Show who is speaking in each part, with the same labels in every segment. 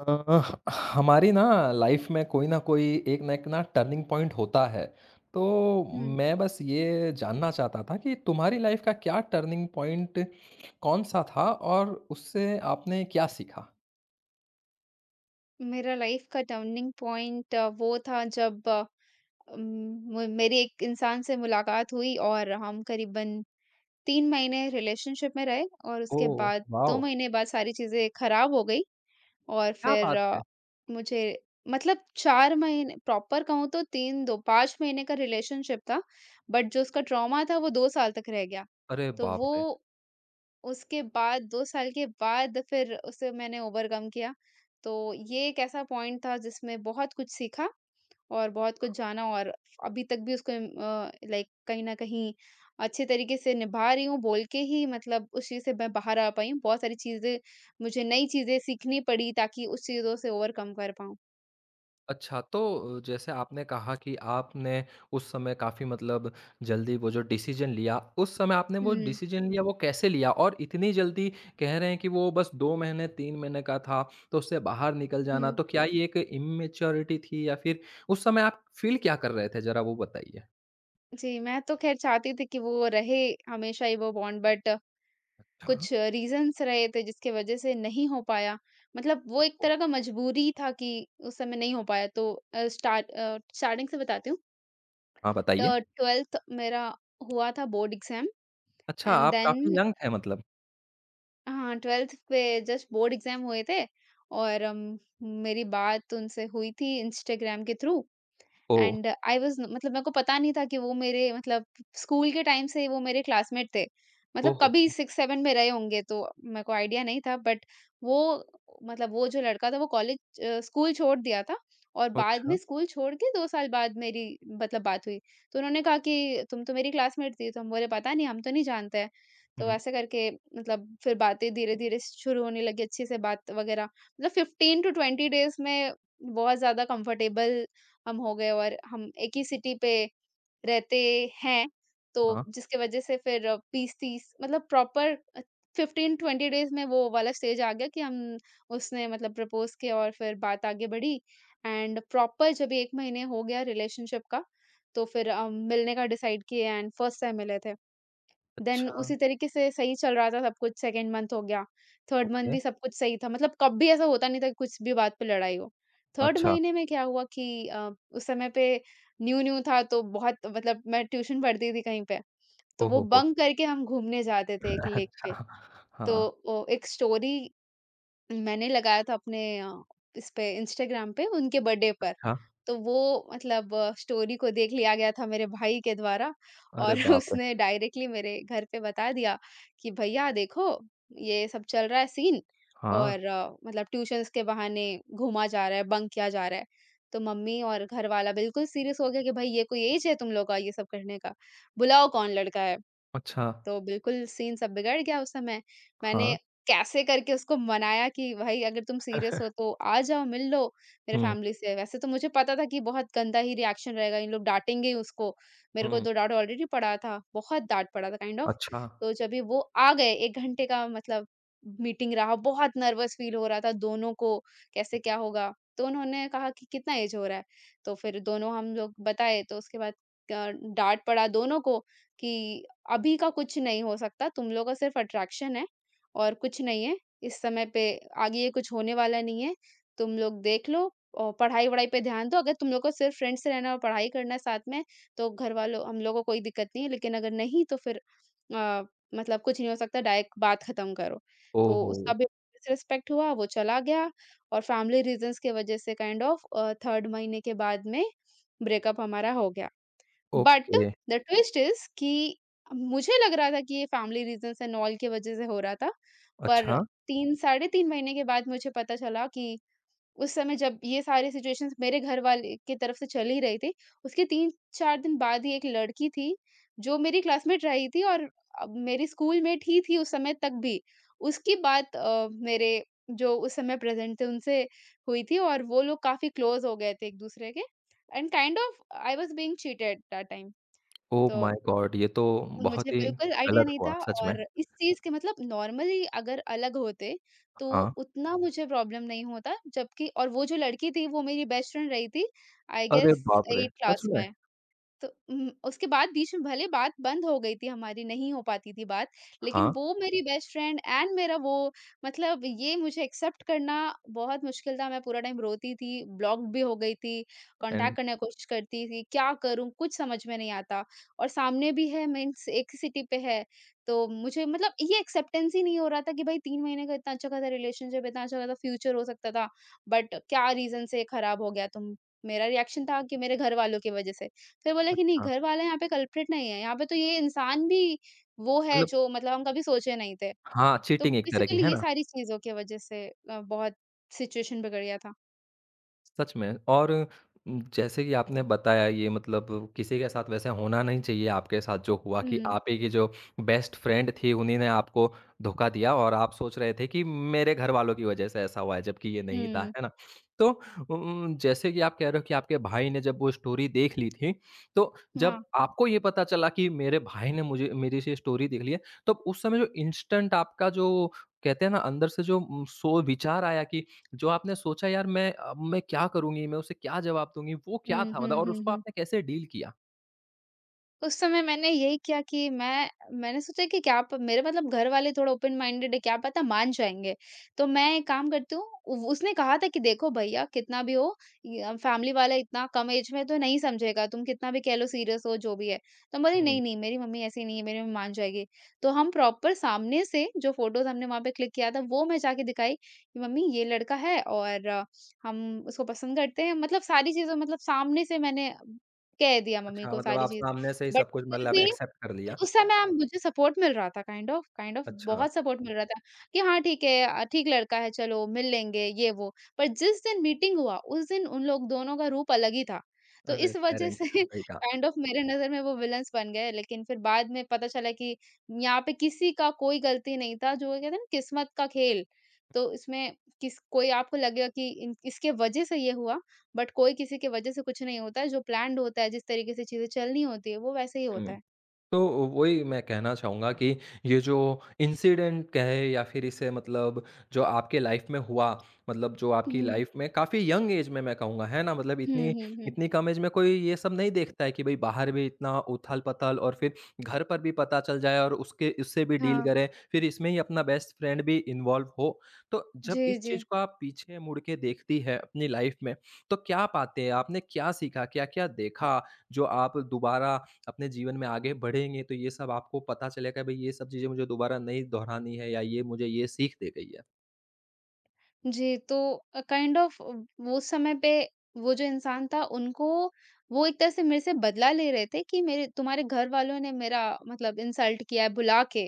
Speaker 1: अ, हमारी ना लाइफ में कोई ना कोई एक ना टर्निंग पॉइंट होता है। तो
Speaker 2: हुँ।
Speaker 1: मैं बस ये जानना चाहता था कि तुम्हारी लाइफ का क्या टर्निंग पॉइंट कौन-सा था और उससे आपने क्या सीखा?
Speaker 2: मेरा लाइफ़ का टर्निंग पॉइंट वो था जब मेरी एक इंसान से मुलाकात हुई और हम करीबन 3 महीने रिलेशनशिप में रहे और उसके
Speaker 1: ओह!
Speaker 2: बाद 2
Speaker 1: वाओ!
Speaker 2: महीने बाद सारी चीज़ें खराब हो गई। और
Speaker 1: क्या
Speaker 2: फिर
Speaker 1: बात है!
Speaker 2: मुझे मतलब 4 महीने प्रॉपर कहूँ तो 3 दो 5 महीने का रिलेशनशिप था, बट जो उसका ट्रॉमा था वो 2 साल तक रह गया।
Speaker 1: अरे
Speaker 2: तो
Speaker 1: बाप
Speaker 2: वो
Speaker 1: रे!
Speaker 2: उसके बाद 2 साल के बाद फिर उसे मैंने ओवरकम किया। तो ये एक ऐसा पॉइंट था जिसमें बहुत कुछ सीखा और बहुत कुछ जाना, और अभी तक भी उसको लाइक कहीं न कहीं अच्छे तरीके से निभा रही हूँ बोल के ही मतलब उस चीज़ से मैं बाहर आ पाई हूँ। बहुत सारी चीज़ें, मुझे नई चीज़ें सीखनी पड़ी ताकि उस चीज़ों से ओवरकम कर पाऊँ।
Speaker 1: अच्छा, तो जैसे आपने कहा कि आपने उस समय काफ़ी मतलब जल्दी वो जो डिसीज़न लिया, उस समय आपने वो
Speaker 2: हुँ,
Speaker 1: डिसीज़न लिया वो कैसे लिया? और इतनी जल्दी कह रहे हैं कि वो बस 2 महीने, 3 महीने का था, तो उससे बाहर निकल जाना,
Speaker 2: हुँ।
Speaker 1: तो क्या ये एक इमैच्योरिटी थी या फिर उस समय आप फ़ील क्या कर रहे थे? ज़रा वो बताइए?
Speaker 2: जी, मैं तो ख़ैर चाहती थी कि वो रहे हमेशा ही वो बॉन्ड, बट
Speaker 1: अच्छा।
Speaker 2: कुछ रीजंस रहे थे जिसकी वजह से नहीं हो पाया। मतलब वो एक
Speaker 1: ओह!
Speaker 2: तरह का मजबूरी था कि उस समय नहीं हो पाया। तो स्टार्टिंग से बताती हूँ।
Speaker 1: हाँ, बताइए।
Speaker 2: 12th मेरा हुआ था बोर्ड एग्ज़ाम,
Speaker 1: अच्छा,
Speaker 2: एंड
Speaker 1: आप काफ़ी
Speaker 2: देन
Speaker 1: यंग थे मतलब?
Speaker 2: हाँ, 12th पे जस्ट बोर्ड एग्ज़ाम हुए थे, और मेरी बात उनसे हुई थी इंस्टाग्राम के through.
Speaker 1: Oh!
Speaker 2: And I was मतलब मेरे को पता नहीं था कि वो मेरे मतलब स्कूल के टाइम से वो मेरे क्लासमेट थे। मतलब
Speaker 1: ओहो!
Speaker 2: कभी 6-7 में रहे होंगे तो मेरे को आइडिया नहीं था, बट वो मतलब वो जो लड़का था वो स्कूल छोड़ दिया था, और बाद
Speaker 1: अच्छा।
Speaker 2: में स्कूल छोड़ के 2 साल बाद मेरी मतलब बात हुई। तो उन्होंने कहा कि तुम तो मेरी क्लासमेट थी। तो हम बोले पता नहीं, हम तो नहीं जानते हैं। तो
Speaker 1: हुँ।
Speaker 2: ऐसे करके मतलब फिर बातें धीरे-धीरे शुरू होने लगी, अच्छे से बात वगैरह। मतलब 15 टू 20 डेज़ में बहुत ज़्यादा कंफर्टेबल हम हो गए, और हम एक ही सिटी पे रहते हैं, तो
Speaker 1: हाँ।
Speaker 2: जिसकी वज़ह से फिर 20-30 मतलब प्रॉपर 15-20 डेज़ में वो वाला स्टेज आ गया कि हम, उसने मतलब प्रपोज़ किया, और फिर बात आगे बढ़ी। एंड प्रॉपर जब 1 महीने हो गया रिलेशनशिप का, तो फिर हम मिलने का डिसाइड किए एंड फर्स्ट टाइम मिले थे। देन
Speaker 1: अच्छा।
Speaker 2: उसी तरीके से सही चल रहा था सब कुछ, सेकंड मंथ हो गया, थर्ड मंथ
Speaker 1: ओके।
Speaker 2: भी सब कुछ सही था, मतलब कभी ऐसा होता नहीं था कि कुछ भी बात पे लड़ाई हो। थर्ड
Speaker 1: अच्छा।
Speaker 2: महीने में क्या हुआ कि उस समय पे न्यू-न्यू था तो बहुत मतलब मैं ट्यूशन पढ़ती थी कहीं पे, तो वो
Speaker 1: ओहो हो!
Speaker 2: बंक करके हम घूमने जाते थे एक लेक पे।
Speaker 1: अच्छा।
Speaker 2: तो
Speaker 1: हाँ।
Speaker 2: ओ एक स्टोरी मैंने लगाया था इस पे, इंस्टाग्राम पे उनके बर्थडे पर।
Speaker 1: हाँ।
Speaker 2: तो वो मतलब स्टोरी को देख लिया गया था मेरे भाई के द्वारा,
Speaker 1: अरे
Speaker 2: और
Speaker 1: बाप रे!
Speaker 2: उसने डायरेक्टली मेरे घर पे बता दिया कि भैया देखो ये सब चल रहा है सीन,
Speaker 1: हाँ।
Speaker 2: और मतलब ट्यूशंस के बहाने घूमा जा रहा है, बंक किया जा रहा है। तो मम्मी और घर वाला बिल्कुल सीरियस हो गया कि भाई ये कोई ऐज है तुम लोग का ये सब करने का? बुलाओ कौन लड़का है?
Speaker 1: अच्छा।
Speaker 2: तो बिल्कुल सीन सब बिगड़ गया उस समय। मैंने
Speaker 1: हाँ।
Speaker 2: कैसे करके उसको मनाया कि भाई अगर तुम सीरियस हो तो आ जाओ, मिल लो मेरे
Speaker 1: हुँ।
Speaker 2: फैमिली से। वैसे तो मुझे पता था कि बहुत गंदा ही रिएक्शन रहेगा, इन लोग डाँटेंगे ही उसको। मेरे को
Speaker 1: हुँ।
Speaker 2: तो डाँट ऑलरेडी पड़ा था, बहुत डाँट पड़ा था काइंड ऑफ।
Speaker 1: अच्छा।
Speaker 2: तो जब ये वो आ गए, 1 घंटे का मतलब मीटिंग रहा, बहुत नर्वस फ़ील हो रहा था दोनों को, कैसे क्या होगा? तो उन्होंने कहा कि कितना ऐज हो रहा है? तो फिर दोनों हम लोग बताए, तो उसके बाद अ, डाँट पड़ा दोनों को कि अभी का कुछ नहीं हो सकता, तुम लोग का सिर्फ़ अट्रैक्शन है और कुछ नहीं है। इस समय पे आगे ये कुछ होने वाला नहीं है, तुम लोग देख लो और पढ़ाई-वढ़ाई पे ध्यान दो। अगर तुम लोग को सिर्फ़ फ्रेंड्स से रहना है और पढ़ाई करना है साथ में, तो घर वालों हम लोगों को कोई दिक्कत नहीं है, लेकिन अगर नहीं तो फिर अ, मतलब कुछ नहीं हो सकता, डायरेक्ट बात ख़त्म करो। तो
Speaker 1: ओहो!
Speaker 2: उसका भी डिसरिस्पेक्ट हुआ, वो चला गया, और फैमिली रीज़न्स की वज़ह से काइंड ऑफ़ 3rd महीने के बाद में ब्रेकअप हमारा हो गया। But
Speaker 1: okay.
Speaker 2: The twist is कि मुझे लग रहा था कि ये फैमिली रीज़न्स एंड ऑल की वज़ह से हो रहा था। पर
Speaker 1: अच्छा।
Speaker 2: 3 साढ़े 3 महीने के बाद मुझे पता चला कि उस समय जब ये सारी सिचुएशंस मेरे घर वाले की तरफ से चल ही रही थी, उसके 3-4 दिन बाद ही एक लड़की थी, जो मेरी क्लासमेट रही थी और मेरी स्कूलमेट ही थी उस समय तक भी। उसकी बात मेरे जो उस समय प्रेज़ेंट थे उनसे हुई थी, और वो लोग काफ़ी क्लोज़ हो गए थे एक-दूसरे के, and kind of I was being cheated that time.
Speaker 1: Oh
Speaker 2: तो
Speaker 1: माय गॉड! ये तो
Speaker 2: मुझे
Speaker 1: बहुत ही
Speaker 2: बिल्कुल आइडिया
Speaker 1: गलत
Speaker 2: नहीं
Speaker 1: हुआ
Speaker 2: था,
Speaker 1: सच में।
Speaker 2: और इस चीज़ के मतलब नॉर्मली अगर अलग होते, तो
Speaker 1: हाँ।
Speaker 2: उतना मुझे प्रॉब्लम नहीं होता, जबकि और वो जो लड़की थी, वो मेरी बेस्ट फ्रेंड रही थी, आई
Speaker 1: अरे
Speaker 2: गेस
Speaker 1: बाप रे!
Speaker 2: 8
Speaker 1: सच
Speaker 2: क्लास
Speaker 1: में?
Speaker 2: में। तो उसके बाद बीच में भले बात बंद हो गई थी हमारी, नहीं हो पाती थी बात, लेकिन
Speaker 1: हाँ।
Speaker 2: वो मेरी बेस्ट फ्रेंड एंड मेरा वो, मतलब ये मुझे एक्सेप्ट करना बहुत मुश्किल था। मैं पूरा टाइम रोती थी, ब्लॉक भी हो गई थी,
Speaker 1: एंड
Speaker 2: कॉन्टैक्ट करने की कोशिश करती थी, क्या करूँ कुछ समझ में नहीं आता। और सामने भी है मीन्स एक ही सिटी पे है, तो मुझे मतलब ये एक्सेप्टेंस ही नहीं हो रहा था कि भाई 3 महीने का इतना अच्छा खासा रिलेशनशिप, इतना अच्छा खासा फ्यूचर हो सकता था, बट क्या रीज़न से खराब हो गया तुम, मेरा रिएक्शन था कि मेरे घर वालों की वजह से। फिर बोला कि नहीं,
Speaker 1: हाँ।
Speaker 2: घर वाला यहाँ पे कल्प्रिट नहीं है, यहाँ पे तो ये इंसान भी वो है
Speaker 1: मतलब
Speaker 2: जो मतलब हम कभी सोचे नहीं थे।
Speaker 1: हाँ,
Speaker 2: तो
Speaker 1: चीटिंग एक तरह की,
Speaker 2: बेसिकली
Speaker 1: है
Speaker 2: ये
Speaker 1: ना?
Speaker 2: सारी चीज़ों की वजह से बहुत सिचुएशन बिगड़ गया था।
Speaker 1: सच में। और जैसे कि आपने बताया ये मतलब किसी के साथ वैसे होना नहीं चाहिए, आपके साथ जो हुआ कि
Speaker 2: हुँ,
Speaker 1: आप ही की जो बेस्ट फ्रेंड थी उन्हीं ने आपको धोखा दिया और आप सोच रहे थे कि मेरे घरवालों की वजह से ऐसा हुआ है, जबकि ये नहीं था,
Speaker 2: हुँ।
Speaker 1: है ना? तो जैसे कि आप कह रहे हो कि आपके भाई ने जब वो स्टोरी देख ली थी, तो
Speaker 2: हाँ।
Speaker 1: जब आपको ये पता चला कि मेरे भाई ने मुझे मेरी से स्टोरी देख ली है, तब उस समय जो इंस्टेंट आपका जो कहते हैं ना अंदर से जो सोच विचार आया कि जो आपने सोचा यार, मैं अब मैं क्या करूँगी, मैं उसे क्या जवाब दूँगी, वो क्या
Speaker 2: हुँ,
Speaker 1: था मतलब
Speaker 2: हुँ,
Speaker 1: और
Speaker 2: हुँ,
Speaker 1: उसको
Speaker 2: हुँ।
Speaker 1: आपने कैसे डील किया?
Speaker 2: उस समय मैंने यही किया कि मैंने सोचा कि क्या प मेरे मतलब घर वाले थोड़ा ओपन माइंडेड है, क्या पता मान जाएँगे। तो मैं एक काम करती हूँ, उ उसने कहा था कि देखो भैया कितना भी हो य फैमिली वाला इतना कम एज में तो नहीं समझेगा, तुम कितना भी कह लो सीरियस हो जो भी है। तो बोली
Speaker 1: हुँ।
Speaker 2: नहीं, नहीं मेरी मम्मी ऐसी नहीं है, मेरी मम्मी मान जाएगी। तो हम प्रॉपर सामने से जो फ़ोटोज़ हमने वहाँ पे क्लिक किया था, वो मैं जाके दिखाई कि मम्मी ये लड़का है और हम उसको पसंद करते हैं। मतलब सारी चीज़ें, मतलब सामने से मैंने कह दिया मम्मी
Speaker 1: अच्छा,
Speaker 2: को
Speaker 1: मतलब
Speaker 2: सारी
Speaker 1: आप
Speaker 2: चीज़।
Speaker 1: सामने से ही
Speaker 2: But
Speaker 1: सब कुछ
Speaker 2: still,
Speaker 1: मतलब
Speaker 2: be.
Speaker 1: एक्सेप्ट कर
Speaker 2: और
Speaker 1: लिया।
Speaker 2: उस समय हम मुझे सपोर्ट मिल रहा था, काइंड ऑफ
Speaker 1: अच्छा।
Speaker 2: बहुत सपोर्ट मिल रहा था कि हाँ ठीक है, ठीक लड़का है, चलो मिल लेंगे ये वो। पर जिस दिन मीटिंग हुआ उस दिन उन लोग दोनों का रूप अलग ही था, तो
Speaker 1: अरे!
Speaker 2: इस वजह
Speaker 1: पेरेंट्स
Speaker 2: से
Speaker 1: सही कहा।
Speaker 2: काइंड ऑफ मेरे नजर में वो विलन्स बन गए, लेकिन फिर बाद में पता चला कि यहाँ पे किसी का कोई गलती नहीं था, जो कहते हैं ना किस्मत का खेल। तो इसमें किस कोई आपको लगेगा कि इसके वजह से ये हुआ, बट कोई किसी के वजह से कुछ नहीं होता है, जो प्लान्ड होता है जिस तरीके से चीजें चलनी होती है वो वैसे ही
Speaker 1: हुँ।
Speaker 2: होता
Speaker 1: तो वही मैं कहना चाहूँगा कि ये जो इंसिडेंट कहे या फिर इसे मतलब जो आपके लाइफ में हुआ, मतलब जो आपकी
Speaker 2: है।
Speaker 1: लाइफ में काफ़ी यंग एज में मैं कहूँगा, है ना, मतलब इतनी
Speaker 2: हुँ, हुँ, हुँ।
Speaker 1: इतनी कम एज में कोई ये सब नहीं देखता है कि भाई बाहर भी इतना उथल पथल और फिर घर पर भी पता चल जाए और उसके उससे भी डील
Speaker 2: हाँ।
Speaker 1: करें, फिर इसमें ही अपना बेस्ट फ्रेंड भी इन्वॉल्व हो। तो जब
Speaker 2: जी,
Speaker 1: इस
Speaker 2: जी।
Speaker 1: चीज़ को आप पीछे मुड़ के देखती है अपनी लाइफ में, तो क्या पाते हैं आपने क्या सीखा, क्या क्या देखा जो आप दोबारा अपने जीवन में आगे बढ़ेंगे तो ये सब आपको पता चलेगा, भई ये सब चीज़ें मुझे दोबारा नहीं दोहरानी है या ये मुझे ये सीख दे गई है।
Speaker 2: जी, तो काइंड ऑफ वो समय पे वो जो इंसान था उनको, वो एक तरह से मेरे से बदला ले रहे थे कि मेरे तुम्हारे घर वालों ने मेरा मतलब इंसल्ट किया है, बुला के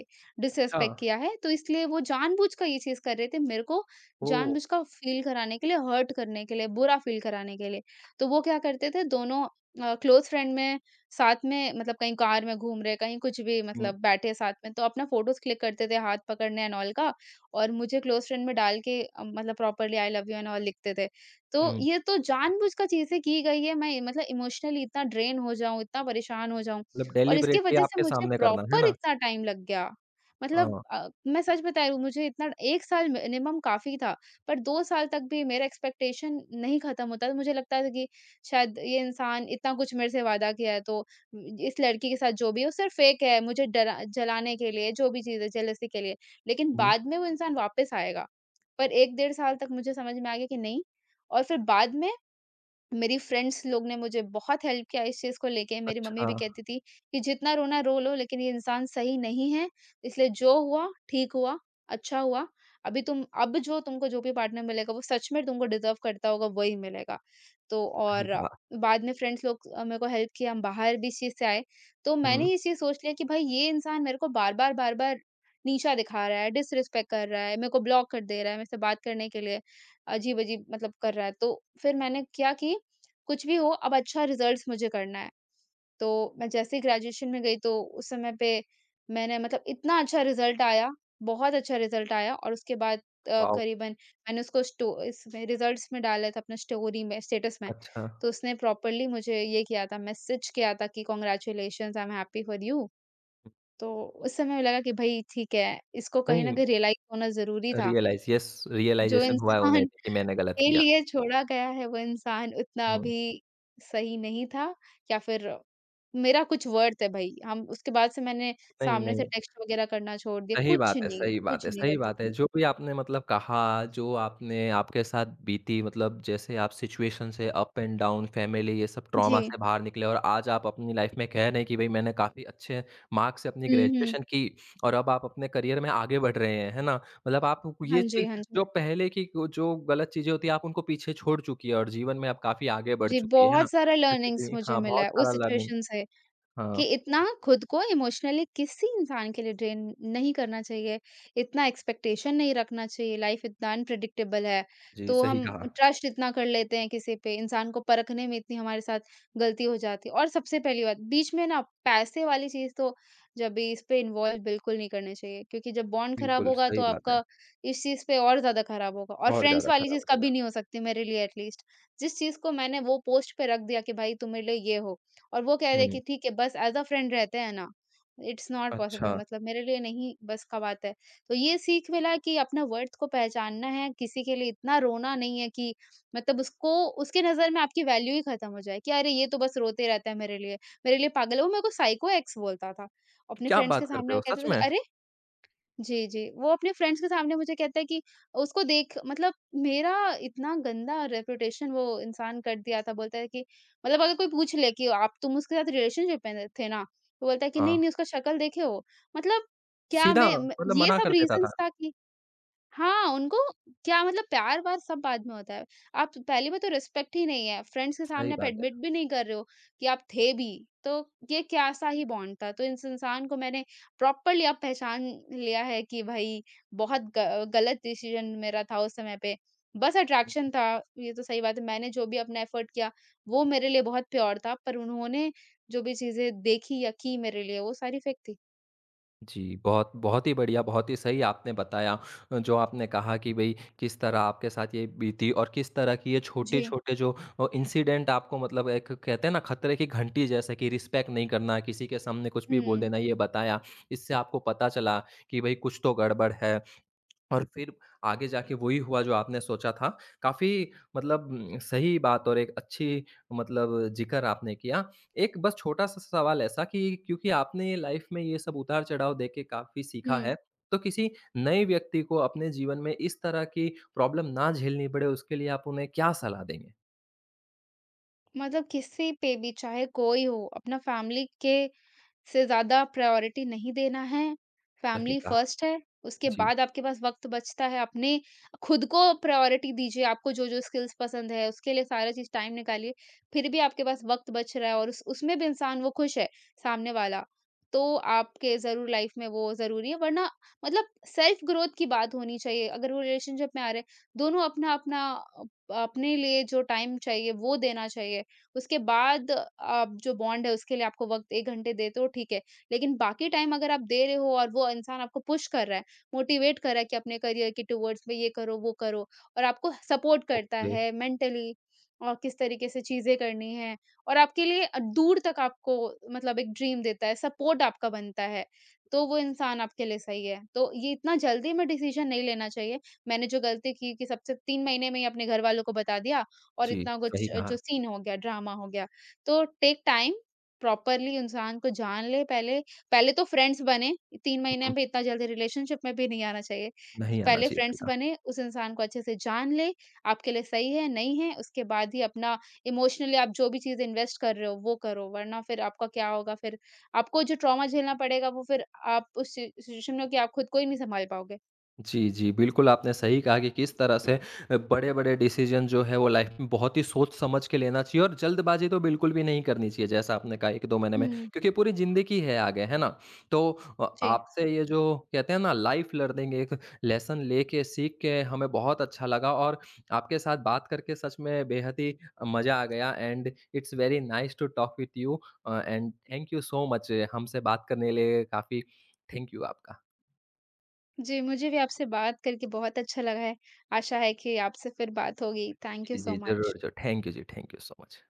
Speaker 1: अच्छा।
Speaker 2: डिसरिस्पेक्ट किया है, तो इसलिए वो जानबूझ कर ये चीज़ कर रहे थे मेरे को,
Speaker 1: ओह!
Speaker 2: जानबूझ कर फ़ील कराने के लिए, हर्ट करने के लिए, बुरा फ़ील कराने के लिए। तो वो क्या करते थे दोनों क्लोज़ फ्रेंड में साथ में, मतलब कहीं कार में घूम रहे, कहीं कुछ भी
Speaker 1: हुँ।
Speaker 2: मतलब बैठे साथ में, तो अपना फ़ोटोज़ क्लिक करते थे हाथ पकड़ने एंड ऑल का, और मुझे क्लोज़ फ्रेंड में डाल के मतलब properly I love you and all लिखते थे। तो
Speaker 1: हुँ।
Speaker 2: ये तो जानबूझ कर चीज़ें की गई है, मैं मतलब इमोशनली इतना ड्रेन हो जाऊँ, इतना परेशान हो जाऊँ,
Speaker 1: मतलब
Speaker 2: और इसकी
Speaker 1: डेलिबरेटली
Speaker 2: वज़ह से
Speaker 1: आपके
Speaker 2: मुझे
Speaker 1: सामने करना, है
Speaker 2: प्रॉपर
Speaker 1: ना?
Speaker 2: इतना टाइम लग गया।
Speaker 1: अ,
Speaker 2: मतलब मैं सच बता रही हूँ, मुझे इतना 1 साल मिनिमम काफ़ी था, पर 2 साल तक भी मेरा एक्सपेक्टेशन नहीं ख़त्म होता था। मुझे लगता था कि शायद ये इंसान इतना कुछ मेरे से वादा किया है, तो इस लड़की के साथ जो भी है वो सिर्फ़ फ़ेक है, मुझे डरा जलाने के लिए, जो भी चीज़ है जेलसी के लिए। लेकिन
Speaker 1: हुँ।
Speaker 2: बाद में वो इंसान वापस आएगा। पर 1 डेढ़ साल तक मुझे समझ में आ गया कि नहीं और फिर बाद में मेरी फ्रेंड्स लोग ने मुझे बहुत हेल्प किया इस चीज़ को लेके, मेरी मम्मी
Speaker 1: अच्छा।
Speaker 2: भी कहती थी कि जितना रोना रो लो लेकिन ये इंसान सही नहीं है, इसलिए जो हुआ ठीक हुआ, अच्छा हुआ। अभी तुम अब जो तुमको जो भी पार्टनर मिलेगा वो सच में तुमको डिज़र्व करता होगा वही मिलेगा। तो
Speaker 1: सही
Speaker 2: और
Speaker 1: कहा।
Speaker 2: बाद में फ्रेंड्स लोग मेरे को हेल्प किया, हम बाहर भी इस चीज़ से आए। तो
Speaker 1: हुँ।
Speaker 2: मैंने ये चीज़ सोच लिया कि भाई ये इंसान मेरे को बार-बार, बार-बार नीचा दिखा रहा है, डिसरिस्पेक्ट कर रहा है, मेरे को ब्लॉक कर दे रहा है, मेरे से बात करने के लिए अजीब-अजीब मतलब कर रहा है। तो फिर मैंने क्या कि कुछ भी हो अब अच्छा रिजल्ट्स मुझे करना है। तो मैं जैसे ही ग्रेजुएशन में गई तो उस समय पे मैंने मतलब इतना अच्छा रिजल्ट आया, बहुत अच्छा रिजल्ट आया और उसके बाद
Speaker 1: वॉव!
Speaker 2: करीबन मैंने उसको स्टो इसमें रिजल्ट्स में डाला था अपना स्टोरी में स्टेटस में।
Speaker 1: अच्छा।
Speaker 2: तो उसने प्रॉपर्ली मुझे ये किया था मैसेज किया था कि congratulations I am happy for you.
Speaker 1: हुँ।
Speaker 2: तो उस समय लगा कि भई ठीक है, इसको कहीं
Speaker 1: नहीं,
Speaker 2: न कहीं रियलाइज़ होना ज़रूरी था।
Speaker 1: रियलाइज़, यस,
Speaker 2: जो
Speaker 1: रियलाइज़ेशन हुआ है उन्हें
Speaker 2: इंसान
Speaker 1: कि मैंने गलत
Speaker 2: के
Speaker 1: किया।
Speaker 2: लिए छोड़ा गया है वो इंसान उतना
Speaker 1: हुँ।
Speaker 2: अभी सही नहीं था या फिर मेरा कुछ वर्थ है भई। हम उसके बाद से मैंने
Speaker 1: नहीं,
Speaker 2: सामने से
Speaker 1: नहीं।
Speaker 2: टेक्स्ट वगैरह करना छोड़ दिया,
Speaker 1: सही बात है, सही बात
Speaker 2: कुछ
Speaker 1: है,
Speaker 2: नहीं
Speaker 1: सही
Speaker 2: करती
Speaker 1: बात है।
Speaker 2: थी।
Speaker 1: जो भी आपने मतलब कहा, जो आपने आपके साथ बीती, मतलब जैसे आप सिचुएशन से अप एंड डाउन, फैमिली, ये सब
Speaker 2: जी।
Speaker 1: ट्रॉमा से बाहर निकले और आज आप अपनी लाइफ में कह रहे हैं कि भई मैंने काफ़ी अच्छे मार्क्स से अपनी
Speaker 2: हुँ, हुँ।
Speaker 1: ग्रेजुएशन की और अब आप अपने करियर में आगे बढ़ रहे हैं, है ना? मतलब आप
Speaker 2: हाँ
Speaker 1: ये
Speaker 2: जी,
Speaker 1: चीज़
Speaker 2: हाँ जी।
Speaker 1: जो पहले की को- जो गलत चीज़ें होती हैं आप उनको पीछे छोड़ चुकी है और जीवन में आप काफ़ी आगे बढ़
Speaker 2: जी,
Speaker 1: चुकी है ना?
Speaker 2: बहुत सारा
Speaker 1: जैसे
Speaker 2: लर्निंग्स
Speaker 1: कि
Speaker 2: मुझे
Speaker 1: हाँ,
Speaker 2: मिला
Speaker 1: बहुत
Speaker 2: है उस
Speaker 1: सारा लर्निंग।
Speaker 2: सिचुएशन से। कि
Speaker 1: हाँ।
Speaker 2: इतना खुद को इमोशनली किसी इंसान के लिए ड्रेन नहीं करना चाहिए, इतना एक्सपेक्टेशन नहीं रखना चाहिए, लाइफ इतना अनप्रेडिक्टेबल है।
Speaker 1: जी,
Speaker 2: तो
Speaker 1: सही
Speaker 2: हम
Speaker 1: कहा।
Speaker 2: ट्रस्ट इतना कर लेते हैं किसी पे, इंसान को परखने में इतनी हमारे साथ गलती हो जाती है। और सबसे पहली बात, बीच में ना पैसे वाली चीज़ तो जब भी इस पे इन्वॉल्व बिल्कुल नहीं करने चाहिए, क्योंकि जब बॉन्ड खराब
Speaker 1: बिल्कुल,
Speaker 2: होगा तो
Speaker 1: सही बात है।
Speaker 2: आपका इस चीज़ पे और ज़्यादा खराब होगा। और
Speaker 1: और
Speaker 2: फ्रेंड्स
Speaker 1: ज़्यादा
Speaker 2: वाली
Speaker 1: खराब हो
Speaker 2: चीज़
Speaker 1: जाएगा।
Speaker 2: कभी नहीं हो सकती मेरे लिए एटलीस्ट। जिस चीज़ को मैंने वो पोस्ट पे रख दिया कि भाई तुम्हारे लिए ये हो, और वो कह दे
Speaker 1: हुँ।
Speaker 2: कि ठीक है बस एज़ अ फ्रेंड रहते हैं ना, इट्स नॉट पॉसिबल
Speaker 1: अच्छा।
Speaker 2: मतलब मेरे लिए नहीं बस का बात है। तो ये सीख मिला कि अपना वर्थ को पहचानना है, किसी के लिए इतना रोना नहीं है कि मतलब उसको उसकी नज़र में आपकी वैल्यू ही खत्म हो जाए कि अरे ये तो बस रोते रहता है मेरे लिए पागल है। वो मेरे को साइको एक्स बोलता था। अपने
Speaker 1: क्या
Speaker 2: फ्रेंड्स के
Speaker 1: बात करते
Speaker 2: सामने
Speaker 1: हो?
Speaker 2: वो
Speaker 1: सच
Speaker 2: कहता था कि
Speaker 1: में?
Speaker 2: अरे जी, जी। वो अपने फ्रेंड्स के सामने मुझे कहता है कि उसको देख मतलब मेरा इतना गंदा रेपुटेशन वो इंसान कर दिया था। बोलता है कि मतलब अगर कोई पूछ ले कि आप तुम उसके साथ रिलेशनशिप में थे ना? तो बोलता है कि
Speaker 1: हाँ।
Speaker 2: नहीं, नहीं उसका शक्ल देखे हो। मतलब क्या
Speaker 1: सीधा
Speaker 2: मैं
Speaker 1: मतलब
Speaker 2: ये
Speaker 1: मना
Speaker 2: सब
Speaker 1: कर देता था।
Speaker 2: रीज़न्स था कि हाँ, उनको क्या मतलब प्यार-व्यार सब बाद में होता है। आप पहली बात तो रिस्पेक्ट ही नहीं है, फ्रेंड्स के
Speaker 1: सही
Speaker 2: सामने आप
Speaker 1: बात
Speaker 2: एडमिट
Speaker 1: है।
Speaker 2: भी नहीं कर रहे हो कि आप थे भी, तो ये क्या-सा ही बॉन्ड था। तो इस इंसान को मैंने प्रॉपर्ली अब पहचान लिया है कि भई बहुत ग गलत डिसीज़न मेरा था उस समय पे। बस
Speaker 1: हम्म।
Speaker 2: अट्रैक्शन था, ये तो सही बात है। मैंने जो भी अपना एफर्ट किया, वो मेरे लिए बहुत प्योर था, पर उन्होंने जो भी चीज़ें देखी या की मेरे लिए, वो सारी फ़ेक थी।
Speaker 1: जी, बहुत बहुत ही बढ़िया, बहुत ही सही आपने बताया। जो आपने कहा कि भई किस तरह आपके साथ ये बीती और किस तरह की ये
Speaker 2: जी।
Speaker 1: छोटे-छोटे जो इंसिडेंट आपको मतलब एक कहते हैं ना खतरे की घंटी, जैसे कि रिस्पेक्ट नहीं करना, किसी के सामने कुछ भी बोल
Speaker 2: हुँ,
Speaker 1: देना, ये बताया। इससे आपको पता चला कि भई कुछ तो गड़बड़ है। और फिर आगे जाके वही हुआ जो आपने सोचा था। काफ़ी मतलब सही बात और एक अच्छी मतलब ज़िक्र आपने किया। एक बस छोटा-सा सवाल ऐसा कि क्योंकि आपने लाइफ़ में ये सब उतार-चढ़ाव देख के काफ़ी सीखा
Speaker 2: हुँ।
Speaker 1: है, तो किसी नए व्यक्ति को अपने जीवन में इस तरह की प्रॉब्लम ना झेलनी पड़े, उसके लिए आप उन्हें क्या सलाह देंगे?
Speaker 2: मतलब किसी पे भी चाहे कोई हो अपना फैमिली के से ज़्यादा प्रायोरिटी नहीं देना है।
Speaker 1: सही
Speaker 2: फैमिली
Speaker 1: कहा।
Speaker 2: फर्स्ट है, उसके
Speaker 1: जी।
Speaker 2: बाद आपके पास वक़्त बचता है अपने खुद को प्रायोरिटी दीजिए, आपको जो-जो स्किल्स पसंद है उसके लिए सारा चीज़ टाइम निकालिए। फिर भी आपके पास वक़्त बच रहा है और उस उसमें भी इंसान वो खुश है, सामने वाला, तो आपके ज़रूर लाइफ़ में वो ज़रूरी है वरना मतलब सेल्फ ग्रोथ की बात होनी चाहिए। अगर वो रिलेशनशिप में आ रहे हैं, दोनों अपना-अपना अपने लिए जो टाइम चाहिए वो देना चाहिए। उसके बाद आप जो बॉन्ड है उसके लिए आपको वक़्त 1 घंटे देते हो ठीक है। लेकिन बाकी टाइम अगर आप दे रहे हो और वो इंसान आपको पुश कर रहा है, मोटिवेट कर रहा है कि अपने करियर के टुवर्ड्स में ये करो, वो करो और आपको सपोर्ट करता
Speaker 1: ओके।
Speaker 2: है मेंटली और किस तरीके से चीज़ें करनी है और आपके लिए दूर तक आपको मतलब एक ड्रीम देता है, सपोर्ट आपका बनता है, तो वो इंसान आपके लिए सही है। तो ये इतना जल्दी में डिसीज़न नहीं लेना चाहिए। मैंने जो गलती की कि सबसे 3 महीने में ही अपने घरवालों को बता दिया और
Speaker 1: जी,
Speaker 2: इतना
Speaker 1: सही
Speaker 2: कुछ
Speaker 1: कहा।
Speaker 2: जो
Speaker 1: हुँ।
Speaker 2: सीन हो गया, ड्रामा हो गया। तो टेक टाइम, प्रॉपरली इंसान को जान ले पहले। पहले तो फ्रेंड्स बने, 3 महीने
Speaker 1: हुँ।
Speaker 2: में इतना जल्दी रिलेशनशिप में भी नहीं आना चाहिए।
Speaker 1: नहीं आना
Speaker 2: पहले
Speaker 1: चाहिए
Speaker 2: फ्रेंड्स
Speaker 1: था।
Speaker 2: बने, उस इंसान को अच्छे से जान ले, आपके लिए सही है, नहीं है, उसके बाद ही अपना इमोशनली आप जो भी चीज़ इन्वेस्ट कर रहे हो, वो करो। वरना फिर आपका क्या होगा फिर आपको जो ट्रॉमा झेलना पड़ेगा, वो फिर आप उस सि सिचुएशन में हो कि आप खुद को ही नहीं सँभाल पाओगे।
Speaker 1: जी, जी। बिल्कुल, आपने सही कहा कि किस तरह से बड़े-बड़े डिसीज़न जो है वो लाइफ़ में बहुत ही सोच-समझ के लेना चाहिए और जल्दबाज़ी तो बिल्कुल भी नहीं करनी चाहिए, जैसा आपने कहा 1-2 महीने में,
Speaker 2: हुँ।
Speaker 1: क्योंकि पूरी ज़िंदगी है आगे, है ना? तो
Speaker 2: जी।
Speaker 1: आपसे ये जो कहते हैं ना लाइफ़ लर्निंग एक लेसन लेके, सीख के हमें बहुत अच्छा लगा और आपके साथ बात करके सच में बेहद ही मज़ा आ गया। And it's very nice to talk with you. And thank you so much हमसे बात करने के लिए। काफ़ी थैंक यू आपका।
Speaker 2: जी, मुझे भी आपसे बात करके बहुत अच्छा लगा है। आशा है कि आपसे फिर बात होगी। Thank you
Speaker 1: Yes,
Speaker 2: so much.
Speaker 1: definitely. Thank you so much.